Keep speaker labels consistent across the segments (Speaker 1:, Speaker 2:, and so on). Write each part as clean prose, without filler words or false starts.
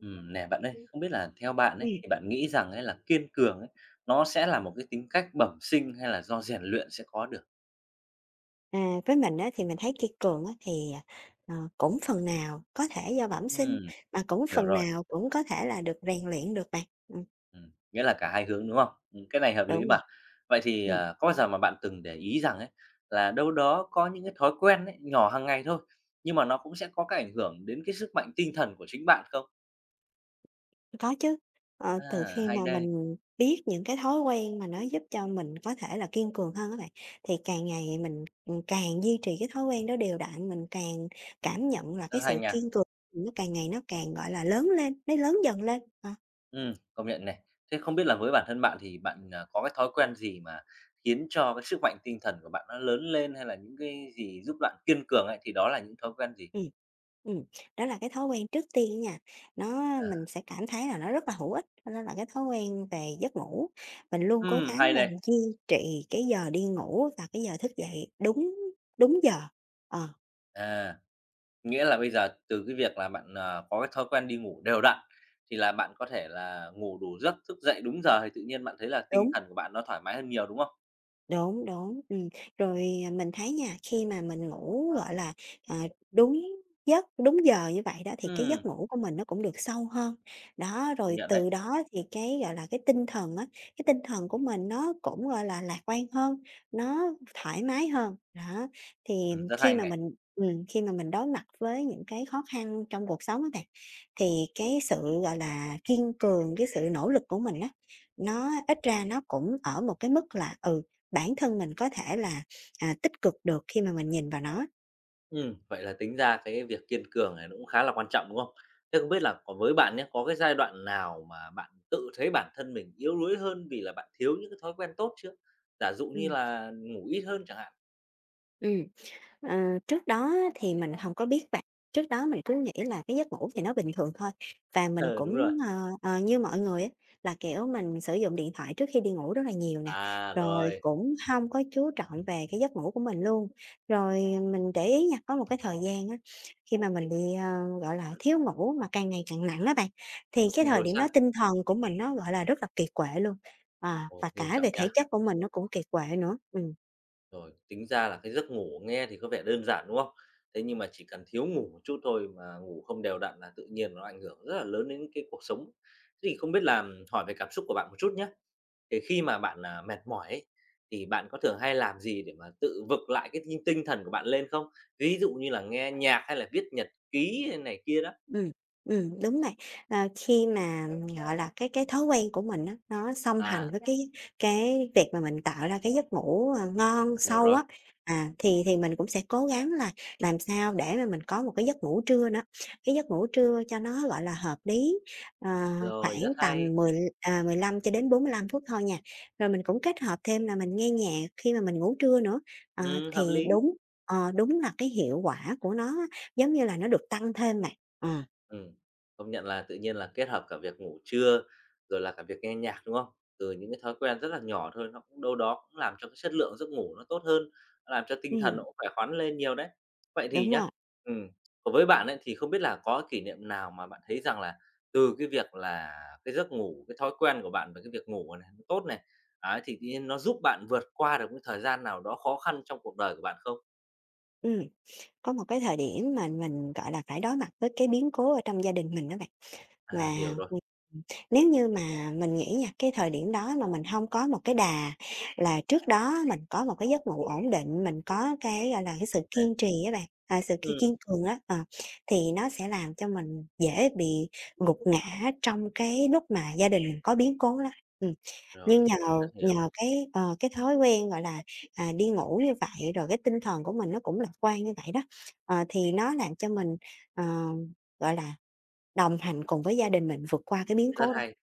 Speaker 1: Nè bạn ơi, không biết là theo bạn ấy, thì bạn nghĩ rằng ấy là kiên cường ấy, nó sẽ là một cái tính cách bẩm sinh hay là do rèn luyện sẽ có được?
Speaker 2: À, với mình á, thì mình thấy kiên cường á, thì, cũng phần nào có thể do bẩm sinh,
Speaker 1: Ừm,
Speaker 2: mà cũng
Speaker 1: hiểu
Speaker 2: phần
Speaker 1: rồi,
Speaker 2: nào cũng có thể là được rèn luyện được bạn.
Speaker 1: nghĩa là cả hai hướng, đúng không? Cái này hợp
Speaker 2: Đúng
Speaker 1: lý mà.
Speaker 2: rồi,
Speaker 1: Vậy thì,
Speaker 2: ừm,
Speaker 1: à, có bao giờ mà bạn từng để ý rằng ấy, là đâu đó có những cái thói quen ấy, nhỏ hàng ngày thôi, nhưng mà nó cũng sẽ có cái ảnh hưởng đến cái sức mạnh tinh thần của chính bạn không?
Speaker 2: có chứ. Ờ, từ
Speaker 1: À,
Speaker 2: khi
Speaker 1: hay
Speaker 2: mà
Speaker 1: đây,
Speaker 2: mình biết những cái thói quen mà nó giúp cho mình có thể là kiên cường hơn á bạn, thì càng ngày mình, càng duy trì cái thói quen đó đều đặn, mình càng
Speaker 1: ừm,
Speaker 2: cảm nhận là
Speaker 1: rất
Speaker 2: cái
Speaker 1: hay
Speaker 2: sự
Speaker 1: nha.
Speaker 2: kiên cường nó càng ngày nó càng, gọi là, lớn lên, nó lớn dần lên. Ờ.
Speaker 1: Công nhận này. Thế không biết là với bản thân bạn thì bạn, à, có cái thói quen gì mà khiến cho cái sức mạnh tinh thần của bạn nó lớn lên, hay là những cái gì giúp bạn kiên cường ấy, thì đó là những thói quen gì?
Speaker 2: Ừ, ừm, đó là cái thói quen trước tiên nha, nó
Speaker 1: À,
Speaker 2: mình sẽ cảm thấy là nó rất là hữu ích. Đó là cái thói quen về giấc ngủ, mình luôn cố gắng
Speaker 1: hay
Speaker 2: mình
Speaker 1: đây.
Speaker 2: duy trì cái giờ đi ngủ và cái giờ thức dậy đúng đúng giờ. Ờ,
Speaker 1: À, nghĩa là bây giờ từ cái việc là bạn, có cái thói quen đi ngủ đều đặn, thì là bạn có thể là ngủ đủ giấc, thức dậy đúng giờ thì tự nhiên bạn thấy là tinh
Speaker 2: đúng.
Speaker 1: thần của bạn nó thoải mái hơn nhiều, đúng không?
Speaker 2: Đúng, đúng. Rồi, à, mình thấy nha, khi mà mình ngủ, gọi là, ờ, đúng giấc, đúng giờ như vậy đó thì cái
Speaker 1: Ừm,
Speaker 2: giấc ngủ của mình nó cũng được sâu hơn. Đó,
Speaker 1: công
Speaker 2: rồi
Speaker 1: nhận đấy.
Speaker 2: từ đó thì cái, gọi là, cái tinh thần của mình nó cũng, gọi là, lạc quan hơn, nó thoải mái hơn. Đó, thì
Speaker 1: Rất
Speaker 2: khi
Speaker 1: hay
Speaker 2: mà
Speaker 1: này.
Speaker 2: mình khi mà mình đối mặt với những cái khó khăn trong cuộc sống á bạn, thì cái sự, gọi là, kiên cường, cái sự nỗ lực của mình á, nó ít ra nó cũng ở một cái mức là, bản thân mình có thể là, tích cực được khi mà mình nhìn vào nó.
Speaker 1: Vậy là tính ra cái việc kiên cường này nó cũng khá là quan trọng, đúng không? Thế không biết là còn với bạn nhé có cái giai đoạn nào mà bạn tự thấy bản thân mình yếu đuối hơn vì là bạn thiếu những cái thói quen tốt chưa? Giả dụ như
Speaker 2: Ừm.
Speaker 1: là ngủ ít hơn chẳng hạn.
Speaker 2: Ừm. Ờ, trước đó á thì mình không có biết bạn, trước đó mình cứ nghĩ là cái giấc ngủ thì nó bình thường thôi và mình
Speaker 1: Ờ, đúng rồi.
Speaker 2: cũng, như mọi người á, là, kiểu, mình sử dụng điện thoại trước khi đi ngủ rất là nhiều nè,
Speaker 1: À,
Speaker 2: rồi
Speaker 1: rồi,
Speaker 2: cũng không có chú trọng về cái giấc ngủ của mình luôn. Rồi mình để ý nha, có một cái thời gian á, khi mà mình bị, gọi là, thiếu ngủ mà càng ngày càng nặng á bạn, thì cái thời
Speaker 1: rồi
Speaker 2: điểm đó
Speaker 1: sao?
Speaker 2: tinh thần của mình nó, gọi là, rất là kiệt quệ luôn, à,
Speaker 1: Ồ,
Speaker 2: và
Speaker 1: nghiêm
Speaker 2: cả
Speaker 1: trọng
Speaker 2: về
Speaker 1: nha.
Speaker 2: thể chất của mình nó cũng kiệt quệ nữa. Ừm.
Speaker 1: Rồi, tính ra là cái giấc ngủ nghe thì có vẻ đơn giản, đúng không? Thế nhưng mà chỉ cần thiếu ngủ một chút thôi mà ngủ không đều đặn là tự nhiên nó ảnh hưởng rất là lớn đến cái cuộc sống. Thế thì không biết là hỏi về cảm xúc của bạn một chút nhé. Thì khi mà bạn, à, mệt mỏi ấy, thì bạn có thường hay làm gì để mà tự vực lại cái tinh tinh thần của bạn lên không? Ví dụ như là nghe nhạc hay là viết nhật ký hay này kia đó?
Speaker 2: Ừm, đúng vậy. Ờ, khi mà, gọi là, cái thói quen của mình á, nó song hành
Speaker 1: À,
Speaker 2: với cái việc mà mình tạo ra cái giấc ngủ, ngon,
Speaker 1: hiểu
Speaker 2: sâu
Speaker 1: rồi,
Speaker 2: á, à, thì mình cũng sẽ cố gắng là làm sao để mà mình có một cái giấc ngủ trưa nữa. Cái giấc ngủ trưa cho nó, gọi là, hợp lý, ờ,
Speaker 1: rồi,
Speaker 2: khoảng
Speaker 1: rất
Speaker 2: tầm
Speaker 1: hay.
Speaker 2: 15 cho đến 45 phút thôi nha. Rồi mình cũng kết hợp thêm là mình nghe nhạc khi mà mình ngủ trưa nữa. Ờ,
Speaker 1: Hợp
Speaker 2: thì
Speaker 1: lý.
Speaker 2: đúng là cái hiệu quả của nó á, giống như là nó được tăng thêm bạn. Ờ.
Speaker 1: Ừm, công nhận là tự nhiên là kết hợp cả việc ngủ trưa, rồi là cả việc nghe nhạc, đúng không? Từ những cái thói quen rất là nhỏ thôi, nó cũng đâu đó cũng làm cho cái chất lượng giấc ngủ nó tốt hơn, nó làm cho tinh thần
Speaker 2: Ừm,
Speaker 1: nó cũng khỏe khoắn lên nhiều đấy. Vậy thì
Speaker 2: đúng
Speaker 1: nhá,
Speaker 2: rồi.
Speaker 1: ừm, còn với bạn ấy, thì không biết là có kỷ niệm nào mà bạn thấy rằng là từ cái việc là cái giấc ngủ, cái thói quen của bạn về cái việc ngủ này nó tốt này, ấy, thì tự nhiên nó giúp bạn vượt qua được cái thời gian nào đó khó khăn trong cuộc đời của bạn không?
Speaker 2: Ừm, có một cái thời điểm mà mình, gọi là, phải đối mặt với cái biến cố ở trong gia đình mình á bạn.
Speaker 1: À,
Speaker 2: Và,
Speaker 1: hiểu rồi,
Speaker 2: ừm, nếu như mà mình nghĩ nha, cái thời điểm đó mà mình hông có một cái đà là trước đó mình có một cái giấc ngủ ổn định, mình có cái, gọi là, cái sự
Speaker 1: nè,
Speaker 2: kiên trì á bạn, à, sự kiên
Speaker 1: ừm,
Speaker 2: kiên cường á, thì nó sẽ làm cho mình dễ bị gục ngã trong cái lúc mà gia đình mình có biến cố lắm. Ừm, nhưng
Speaker 1: rồi,
Speaker 2: nhờ
Speaker 1: rất hiểu.
Speaker 2: nhờ cái, cái thói quen, gọi là, à, đi ngủ như vậy, rồi cái tinh thần của mình nó cũng lạc quan như vậy đó, thì nó làm cho mình, ờ, gọi là đồng hành cùng với gia đình mình vượt qua cái biến
Speaker 1: Rất
Speaker 2: cố đó.
Speaker 1: hay.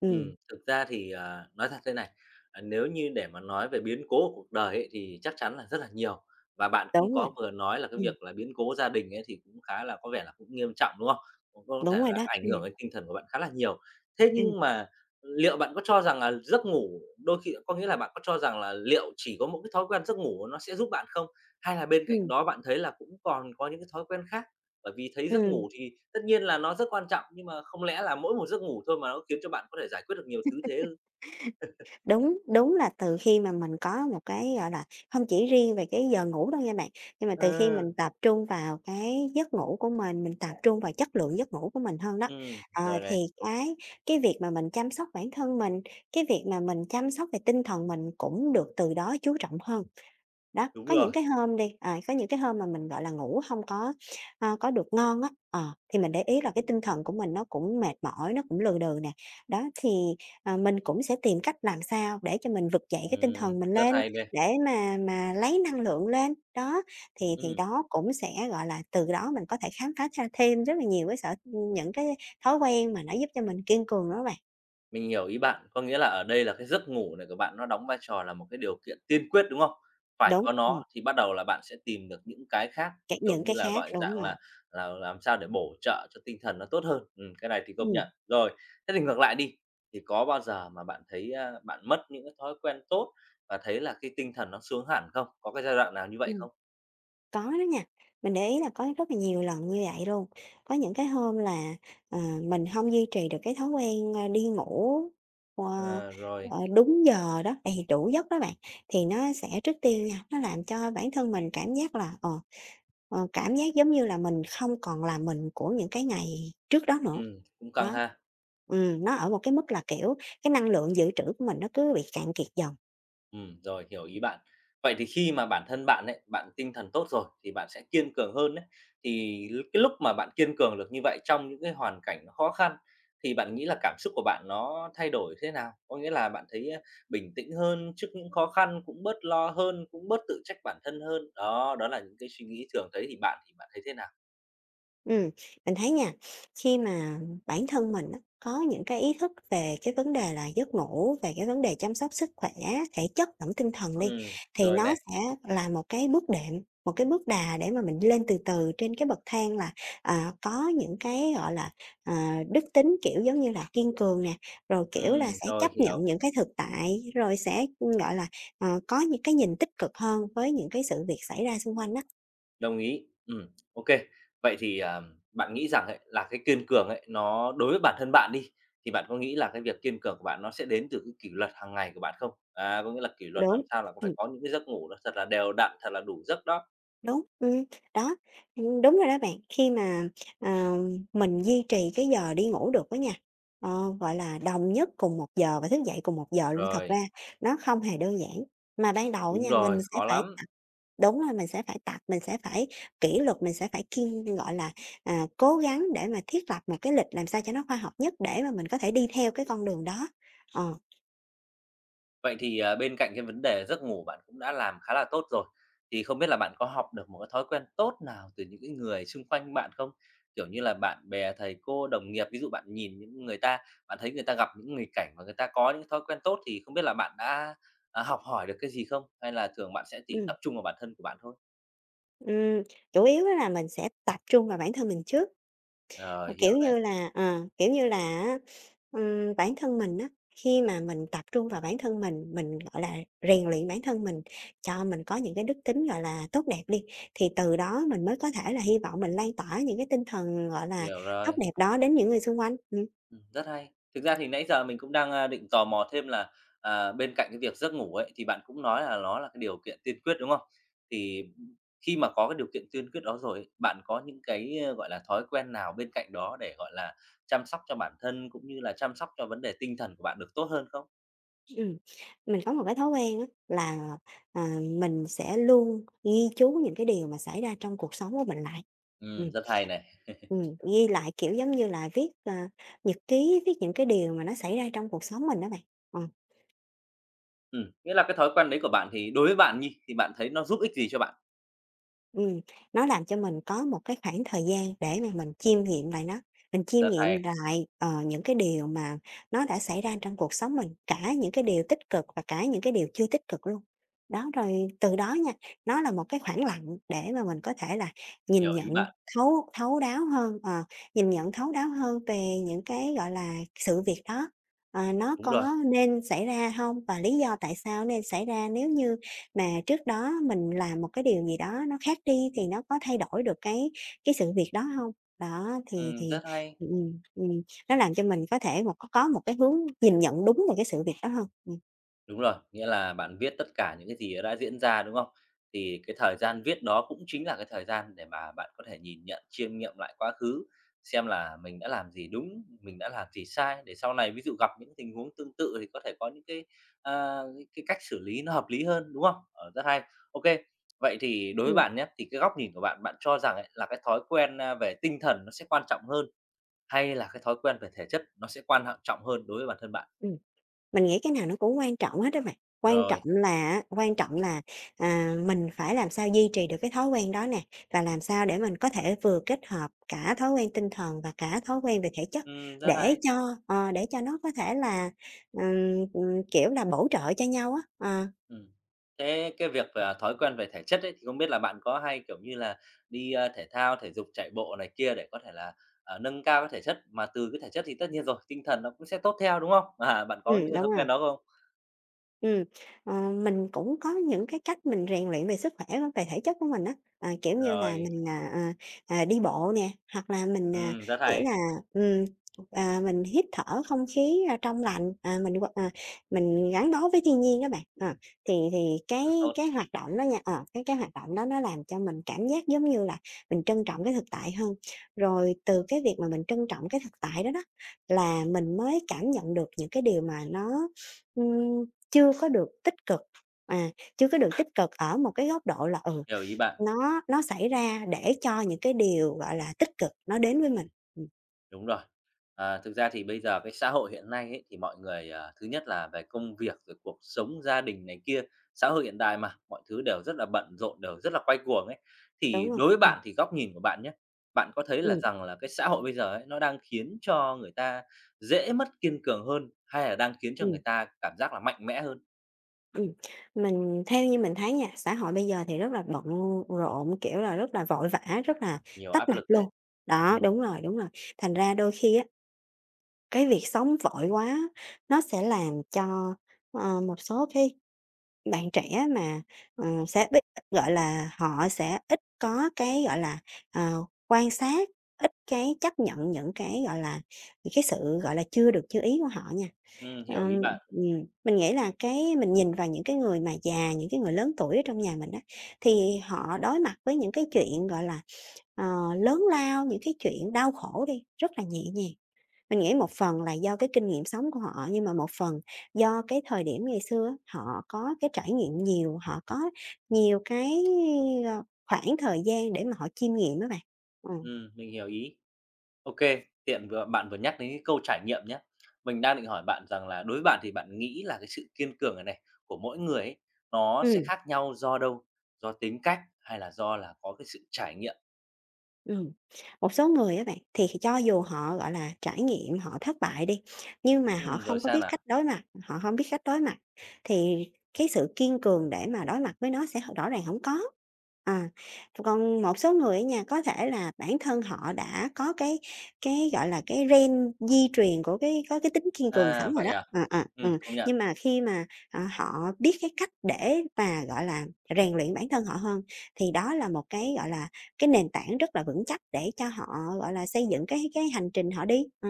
Speaker 2: Ừm,
Speaker 1: Thực ra thì, à, nói thật thế này, à, nếu như để mà nói về biến cố của cuộc đời ấy thì chắc chắn là rất là nhiều, và bạn cũng
Speaker 2: đúng rồi.
Speaker 1: có vừa nói là cái
Speaker 2: Ừm,
Speaker 1: việc là biến cố gia đình ấy thì cũng khá là có vẻ là cũng nghiêm trọng, đúng không? Cũng có
Speaker 2: đúng
Speaker 1: thể
Speaker 2: rồi
Speaker 1: là
Speaker 2: đó.
Speaker 1: ảnh hưởng đến tinh thần của bạn khá là nhiều. Thế
Speaker 2: Ừm,
Speaker 1: nhưng mà liệu bạn có cho rằng là giấc ngủ đôi khi có nghĩa là bạn có cho rằng là liệu chỉ có một cái thói quen giấc ngủ nó sẽ giúp bạn không? Hay là bên cạnh
Speaker 2: ừm,
Speaker 1: đó bạn thấy là cũng còn có những cái thói quen khác? Bởi vì thấy giấc
Speaker 2: ừm,
Speaker 1: ngủ thì tất nhiên là nó rất quan trọng, nhưng mà không lẽ là mỗi một giấc ngủ thôi mà nó khiến cho bạn có thể giải quyết được nhiều thứ thế ư?
Speaker 2: đúng, đúng là từ khi mà mình có một cái, gọi là, không chỉ riêng về cái giờ ngủ đâu nha bạn, nhưng mà từ khi
Speaker 1: À.
Speaker 2: mình tập trung vào cái giấc ngủ của mình tập trung vào chất lượng giấc ngủ của mình hơn đó,
Speaker 1: Rồi này,
Speaker 2: thì cái cái việc mà mình chăm sóc bản thân mình, cái việc mà mình chăm sóc về tinh thần mình cũng được từ đó chú trọng hơn. Đó,
Speaker 1: đúng rồi,
Speaker 2: có những cái hôm mà mình, gọi là, ngủ không có, có được ngon á, thì mình để ý là cái tinh thần của mình nó cũng mệt mỏi, nó cũng lừ đừ nè. Đó, thì, mình cũng sẽ tìm cách làm sao để cho mình vực dậy cái tinh thần mình
Speaker 1: rất
Speaker 2: lên,
Speaker 1: hay đây,
Speaker 2: để mà lấy năng lượng lên. Đó, thì
Speaker 1: ừm.
Speaker 2: đó cũng sẽ, gọi là, từ đó mình có thể khám phá ra thêm rất là nhiều cái sở những cái thói quen mà nó giúp cho mình kiên cường đó bạn.
Speaker 1: Mình hiểu ý bạn, có nghĩa là ở đây là cái giấc ngủ này của bạn nó đóng vai trò là một cái điều kiện tiên quyết, đúng không? Phải
Speaker 2: Đúng,
Speaker 1: có nó thì bắt đầu là bạn sẽ tìm được những cái khác, kiểu
Speaker 2: những
Speaker 1: như
Speaker 2: cái
Speaker 1: là,
Speaker 2: khác,
Speaker 1: gọi
Speaker 2: đúng
Speaker 1: dạng
Speaker 2: rồi.
Speaker 1: là làm sao để bổ trợ cho tinh thần nó tốt hơn. Cái này thì công
Speaker 2: Ừm,
Speaker 1: nhận. Rồi, thế thì ngược lại đi, thì có bao giờ mà bạn thấy, a, bạn mất những cái thói quen tốt và thấy là cái tinh thần nó xuống hẳn không? Có cái giai đoạn nào như vậy
Speaker 2: ừm.
Speaker 1: không?
Speaker 2: Có đó nha, mình để ý là có rất là nhiều lần như vậy luôn. Có những cái hôm là, ờ, mình không duy trì được cái thói quen, đi ngủ, ờ,
Speaker 1: Ờ, rồi,
Speaker 2: đúng giờ đó, đầy đủ giấc đó bạn, thì nó sẽ trước tiên nha, nó làm cho bản thân mình cảm giác là, cảm giác giống như là mình không còn là mình của những cái ngày trước đó nữa.
Speaker 1: cũng căng
Speaker 2: Đó,
Speaker 1: ha.
Speaker 2: nó ở một cái mức là, kiểu, cái năng lượng dự trữ của mình nó cứ bị cạn kiệt dần.
Speaker 1: Rồi, hiểu ý bạn. Vậy thì khi mà bản thân bạn ấy, bạn tinh thần tốt rồi thì bạn sẽ kiên cường hơn đấy. Thì cái lúc mà bạn kiên cường được như vậy trong những cái hoàn cảnh nó khó khăn thì bạn nghĩ là cảm xúc của bạn nó thay đổi thế nào? Có nghĩa là bạn thấy, a, bình tĩnh hơn trước những khó khăn, cũng bớt lo hơn, cũng bớt tự trách bản thân hơn. Đó, đó là những cái suy nghĩ thường thấy thì bạn thấy thế nào?
Speaker 2: Ừm, mình thấy nha, khi mà bản thân mình á, có những cái ý thức về cái vấn đề là giấc ngủ, về cái vấn đề chăm sóc sức khỏe, thể chất lẫn tinh thần đi, thì
Speaker 1: Rồi
Speaker 2: nó
Speaker 1: nè,
Speaker 2: sẽ là một cái bước đệm, một cái bước đà để mà mình lên từ từ trên cái bậc thang là, à, có những cái, gọi là, ờ, đức tính, kiểu, giống như là kiên cường nè, rồi, kiểu là, sẽ
Speaker 1: rồi,
Speaker 2: chấp nhận
Speaker 1: hiểu.
Speaker 2: những cái thực tại, rồi sẽ, gọi là, có những cái nhìn tích cực hơn với những cái sự việc xảy ra xung quanh đó.
Speaker 1: Đồng ý, ô. Vậy thì, à, bạn nghĩ rằng ấy là cái kiên cường ấy, nó đối với bản thân bạn đi, thì bạn có nghĩ là cái việc kiên cường của bạn nó sẽ đến từ cái kỷ luật hàng ngày của bạn không? À, có nghĩa là kỷ luật làm
Speaker 2: Đúng.
Speaker 1: sao là cũng phải có những cái giấc ngủ nó thật là đều đặn, thật là đủ giấc đó.
Speaker 2: Đúng, đó, đúng rồi đó bạn. Khi mà, ờ, mình duy trì cái giờ đi ngủ được á nha, gọi là, đồng nhất cùng một giờ và thức dậy cùng một giờ luôn, thật ra
Speaker 1: Rồi,
Speaker 2: nó không hề đơn giản. Mà ban đầu
Speaker 1: đúng
Speaker 2: nha, mình
Speaker 1: rồi,
Speaker 2: sẽ
Speaker 1: khó
Speaker 2: phải
Speaker 1: lắm.
Speaker 2: tập đúng rồi, mình sẽ phải tập, mình sẽ phải kỷ luật, mình sẽ phải gọi là, à, cố gắng để mà thiết lập một cái lịch làm sao cho nó khoa học nhất để mà mình có thể đi theo cái con đường đó. Ờ,
Speaker 1: Vậy thì, à, bên cạnh cái vấn đề giấc ngủ bạn cũng đã làm khá là tốt rồi, thì không biết là bạn có học được một cái thói quen tốt nào từ những cái người xung quanh bạn không? Kiểu như là bạn bè, thầy cô, đồng nghiệp, ví dụ bạn nhìn những người ta, bạn thấy người ta gặp những nghịch cảnh và người ta có những thói quen tốt thì không biết là bạn đã, à, học hỏi được cái gì không? Hay là thường bạn sẽ chỉ
Speaker 2: ừm,
Speaker 1: tập trung vào bản thân của bạn thôi?
Speaker 2: ừm, chủ yếu á là mình sẽ tập trung vào bản thân mình trước. Ờ,
Speaker 1: Rồi, hiểu này,
Speaker 2: kiểu như là á, bản thân mình á, khi mà mình tập trung vào bản thân mình, gọi là, rèn luyện bản thân mình, cho mình có những cái đức tính, gọi là, tốt đẹp đi, thì từ đó mình mới có thể là hy vọng mình lan tỏa những cái tinh thần, gọi là,
Speaker 1: hiểu
Speaker 2: tốt
Speaker 1: rồi.
Speaker 2: đẹp đó đến những người xung quanh. Ừm.
Speaker 1: Rất hay. Thực ra thì nãy giờ mình cũng đang, a, định tò mò thêm là, à, bên cạnh cái việc giấc ngủ ấy, thì bạn cũng nói là nó là cái điều kiện tiên quyết, đúng không? Thì khi mà có cái điều kiện tiên quyết đó rồi ấy, bạn có những cái, ơ, gọi là, thói quen nào bên cạnh đó để, gọi là, chăm sóc cho bản thân cũng như là chăm sóc cho vấn đề tinh thần của bạn được tốt hơn không?
Speaker 2: Ừm, mình có một cái thói quen á là, à, mình sẽ luôn ghi chú những cái điều mà xảy ra trong cuộc sống của mình lại. Ừm.
Speaker 1: Rất hay này.
Speaker 2: Ghi lại, kiểu, giống như là, viết, nhật ký, viết những cái điều mà nó xảy ra trong cuộc sống mình đó bạn. Ờ.
Speaker 1: Nghĩa là cái thói quen đấy của bạn thì đối với bạn nhi, thì bạn thấy nó giúp ích gì cho bạn?
Speaker 2: Ừm, nó làm cho mình có một cái khoảng thời gian để mà mình chiêm nghiệm lại nó, mình chiêm
Speaker 1: Rất
Speaker 2: nghiệm
Speaker 1: hay,
Speaker 2: lại, những cái điều mà nó đã xảy ra trong cuộc sống mình, cả những cái điều tích cực và cả những cái điều chưa tích cực luôn. Đó, rồi từ đó nha, nó là một cái khoảng lặng để mà mình có thể là nhìn
Speaker 1: hiểu ý
Speaker 2: nhận
Speaker 1: bạn.
Speaker 2: thấu thấu đáo hơn, ờ, nhìn nhận thấu đáo hơn về những cái, gọi là, sự việc đó, nó
Speaker 1: Đúng rồi.
Speaker 2: có nên xảy ra không và lý do tại sao nên xảy ra nếu như mà trước đó mình làm một cái điều gì đó nó khác đi thì nó có thay đổi được cái sự việc đó hông? Đó, thì
Speaker 1: Rất hay.
Speaker 2: ừm, ừm, nó làm cho mình có thể một có một cái hướng nhìn nhận đúng về cái sự việc đó hơn. Ừm.
Speaker 1: Đúng rồi, nghĩa là bạn viết tất cả những cái gì đã diễn ra, đúng không? Thì cái thời gian viết đó cũng chính là cái thời gian để mà bạn có thể nhìn nhận, chiêm nghiệm lại quá khứ, xem là mình đã làm gì đúng, mình đã làm gì sai để sau này ví dụ gặp những tình huống tương tự thì có thể có những cái, à, cái cách xử lý nó hợp lý hơn, đúng không? Ờ, rất hay. OK, vậy thì đối với
Speaker 2: Ừm.
Speaker 1: bạn nhé thì cái góc nhìn của bạn, bạn cho rằng ấy là cái thói quen, a, về tinh thần nó sẽ quan trọng hơn hay là cái thói quen về thể chất nó sẽ quan hạng trọng hơn đối với bản thân bạn?
Speaker 2: Ừm. Mình nghĩ cái nào nó cũng quan trọng hết á bạn, quan trọng
Speaker 1: Rồi,
Speaker 2: là, mình phải làm sao duy trì được cái thói quen đó nè, và làm sao để mình có thể vừa kết hợp cả thói quen tinh thần và cả thói quen về thể chất
Speaker 1: rất
Speaker 2: để
Speaker 1: hay.
Speaker 2: cho để cho nó có thể là, kiểu là, bổ trợ cho nhau á. Ờ,
Speaker 1: Ừm. Thế cái việc về thói quen về thể chất ấy, thì không biết là bạn có hay, kiểu như là, đi, a, thể thao, thể dục, chạy bộ này kia để có thể là, nâng cao cái thể chất? Mà từ cái thể chất thì tất nhiên rồi, tinh thần nó cũng sẽ tốt theo, đúng không? À, bạn có những
Speaker 2: đúng
Speaker 1: thói
Speaker 2: rồi.
Speaker 1: quen đó không?
Speaker 2: Ừm, mình cũng có những cái cách mình rèn luyện về sức khỏe, về thể chất của mình á, ờ, kiểu như là,
Speaker 1: Rồi,
Speaker 2: mình đi bộ nè, hoặc là mình
Speaker 1: rất
Speaker 2: nghĩa
Speaker 1: hay,
Speaker 2: là, ừm, mình hít thở không khí, a, trong lành, mình gắn bó với thiên nhiên các bạn. Ờ, thì thì
Speaker 1: rất
Speaker 2: cái
Speaker 1: tốt,
Speaker 2: cái hoạt động đó nha. Ờ, cái hoạt động đó nó làm cho mình cảm giác giống như là mình trân trọng cái thực tại hơn. Rồi từ cái việc mà mình trân trọng cái thực tại đó đó, là mình mới cảm nhận được những cái điều mà nó chưa có được tích cực, à, chưa có được tích cực ở một cái góc độ là, ừ,
Speaker 1: hiểu ý bạn.
Speaker 2: nó xảy ra để cho những cái điều, gọi là, tích cực nó đến với mình. Ừm,
Speaker 1: Đúng rồi. À, thực ra thì bây giờ cái xã hội hiện nay ấy, thì mọi người, à, thứ nhất là về công việc, rồi cuộc sống gia đình này kia, xã hội hiện đại mà, mọi thứ đều rất là bận rộn, đều rất là quay cuồng ấy.
Speaker 2: đúng
Speaker 1: Thì
Speaker 2: hông?
Speaker 1: đối với bạn thì góc nhìn của bạn nhé, bạn có thấy là
Speaker 2: Ừm,
Speaker 1: rằng là cái xã hội bây giờ ấy, nó đang khiến cho người ta dễ mất kiên cường hơn, hay là đang khiến cho
Speaker 2: ừm,
Speaker 1: người ta cảm giác là mạnh mẽ hơn?
Speaker 2: ừm. Mình theo như mình thấy nha, xã hội bây giờ thì rất là bận rộn, kiểu là, rất là vội vã, rất là
Speaker 1: Nhiều
Speaker 2: tấp
Speaker 1: áp
Speaker 2: nập
Speaker 1: lực đấy.
Speaker 2: luôn. Đó,
Speaker 1: Ừm,
Speaker 2: đúng rồi, đúng rồi. Thành ra đôi khi á, cái việc sống vội quá nó sẽ làm cho, ờ, một số cái bạn trẻ mà, ờ, sẽ ít gọi là, họ sẽ ít có cái, gọi là, ờ, quan sát, ít cái chấp nhận những cái, gọi là, những cái sự, gọi là, chưa được như ý của họ nha.
Speaker 1: hiểu ý
Speaker 2: Ờm,
Speaker 1: bạn.
Speaker 2: mình nghĩ là cái mình nhìn vào những cái người mà già, những cái người lớn tuổi ở trong nhà mình đó thì họ đối mặt với những cái chuyện, gọi là, ờ, lớn lao, những cái chuyện đau khổ đi, rất là nhẹ nhàng. Mình nghĩ một phần là do cái kinh nghiệm sống của họ, nhưng mà một phần do cái thời điểm ngày xưa á, họ có cái trải nghiệm nhiều, họ có nhiều cái, ờ, khoảng thời gian để mà họ chiêm nghiệm đó bạn. Ừ.
Speaker 1: Mình hiểu ý. OK, tiện vừa bạn vừa nhắc đến cái câu trải nghiệm nhé. Mình đang định hỏi bạn rằng là đối với bạn thì bạn nghĩ là cái sự kiên cường này này của mỗi người ấy, nó sẽ
Speaker 2: Ừm.
Speaker 1: khác nhau do đâu? Do tính cách hay là do là có cái sự trải nghiệm?
Speaker 2: Ừm, một số người á bạn, thì cho dù họ, gọi là, trải nghiệm, họ thất bại đi, nhưng mà họ
Speaker 1: Rồi
Speaker 2: không có
Speaker 1: sao
Speaker 2: biết
Speaker 1: nào?
Speaker 2: cách đối mặt, họ không biết cách đối mặt, thì cái sự kiên cường để mà đối mặt với nó sẽ rõ ràng không có. À, còn một số người á nha, có thể là bản thân họ đã có cái, gọi là, cái gen di truyền của cái có cái tính kiên cường sẵn
Speaker 1: À,
Speaker 2: rồi
Speaker 1: vậy
Speaker 2: đó,
Speaker 1: à?
Speaker 2: ừ,
Speaker 1: Công nhận.
Speaker 2: nhưng mà khi mà, họ biết cái cách để mà, gọi là, rèn luyện bản thân họ hơn, thì đó là một cái, gọi là, cái nền tảng rất là vững chắc để cho họ, gọi là, xây dựng cái hành trình họ đi. Ờ,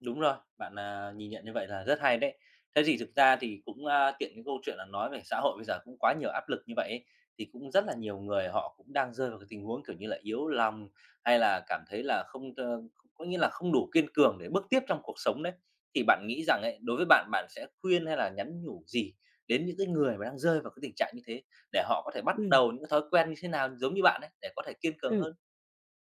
Speaker 1: Đúng rồi, bạn, à, nhìn nhận như vậy là rất hay đấy. Thế thì thực ra thì cũng, a, tiện cái câu chuyện là nói về xã hội bây giờ cũng quá nhiều áp lực như vậy ấy, thì cũng rất là nhiều người họ cũng đang rơi vào cái tình huống, kiểu như là, yếu lòng hay là cảm thấy là không t có nghĩa là không đủ kiên cường để bước tiếp trong cuộc sống đấy. Thì bạn nghĩ rằng ấy, đối với bạn, bạn sẽ khuyên hay là nhắn nhủ gì đến những cái người mà đang rơi vào cái tình trạng như thế, để họ có thể bắt
Speaker 2: ừm,
Speaker 1: đầu những cái thói quen như thế nào giống như bạn ấy, để có thể kiên cường
Speaker 2: ừm.
Speaker 1: hơn?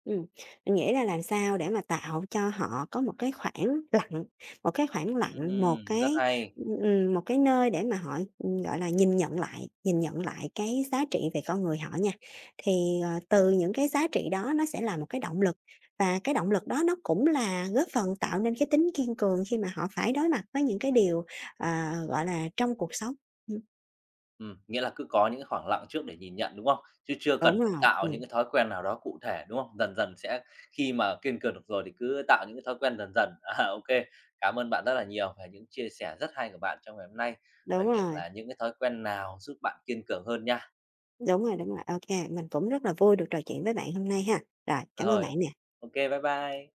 Speaker 2: Ừm, mình nghĩ là làm sao để mà tạo cho họ có một cái khoảng lặng, một cái khoảng lặng,
Speaker 1: Rất hay.
Speaker 2: ừm, một cái nơi để mà họ, gọi là, nhìn nhận lại cái giá trị về con người họ nha. Thì, ờ, từ những cái giá trị đó nó sẽ là một cái động lực, và cái động lực đó nó cũng là góp phần tạo nên cái tính kiên cường khi mà họ phải đối mặt với những cái điều, ờ, gọi là, trong cuộc sống. Ừm.
Speaker 1: Nghĩa là cứ có những cái khoảng lặng trước để nhìn nhận, đúng không? Chứ chưa cần
Speaker 2: Đúng
Speaker 1: phải
Speaker 2: rồi,
Speaker 1: tạo những cái thói quen nào đó cụ thể, đúng không? Dần dần sẽ khi mà kiên cường được rồi thì cứ tạo những cái thói quen dần dần. À, ô, cảm ơn bạn rất là nhiều về những chia sẻ rất hay của bạn trong ngày hôm nay
Speaker 2: đúng
Speaker 1: về việc
Speaker 2: rồi,
Speaker 1: là những cái thói quen nào giúp bạn kiên cường hơn nha.
Speaker 2: đúng rồi, đúng rồi. OK, mình cũng rất là vui được trò chuyện với bạn hôm nay ha. Rồi, cảm ơn
Speaker 1: Rồi,
Speaker 2: bạn nè.
Speaker 1: OK, bye bye.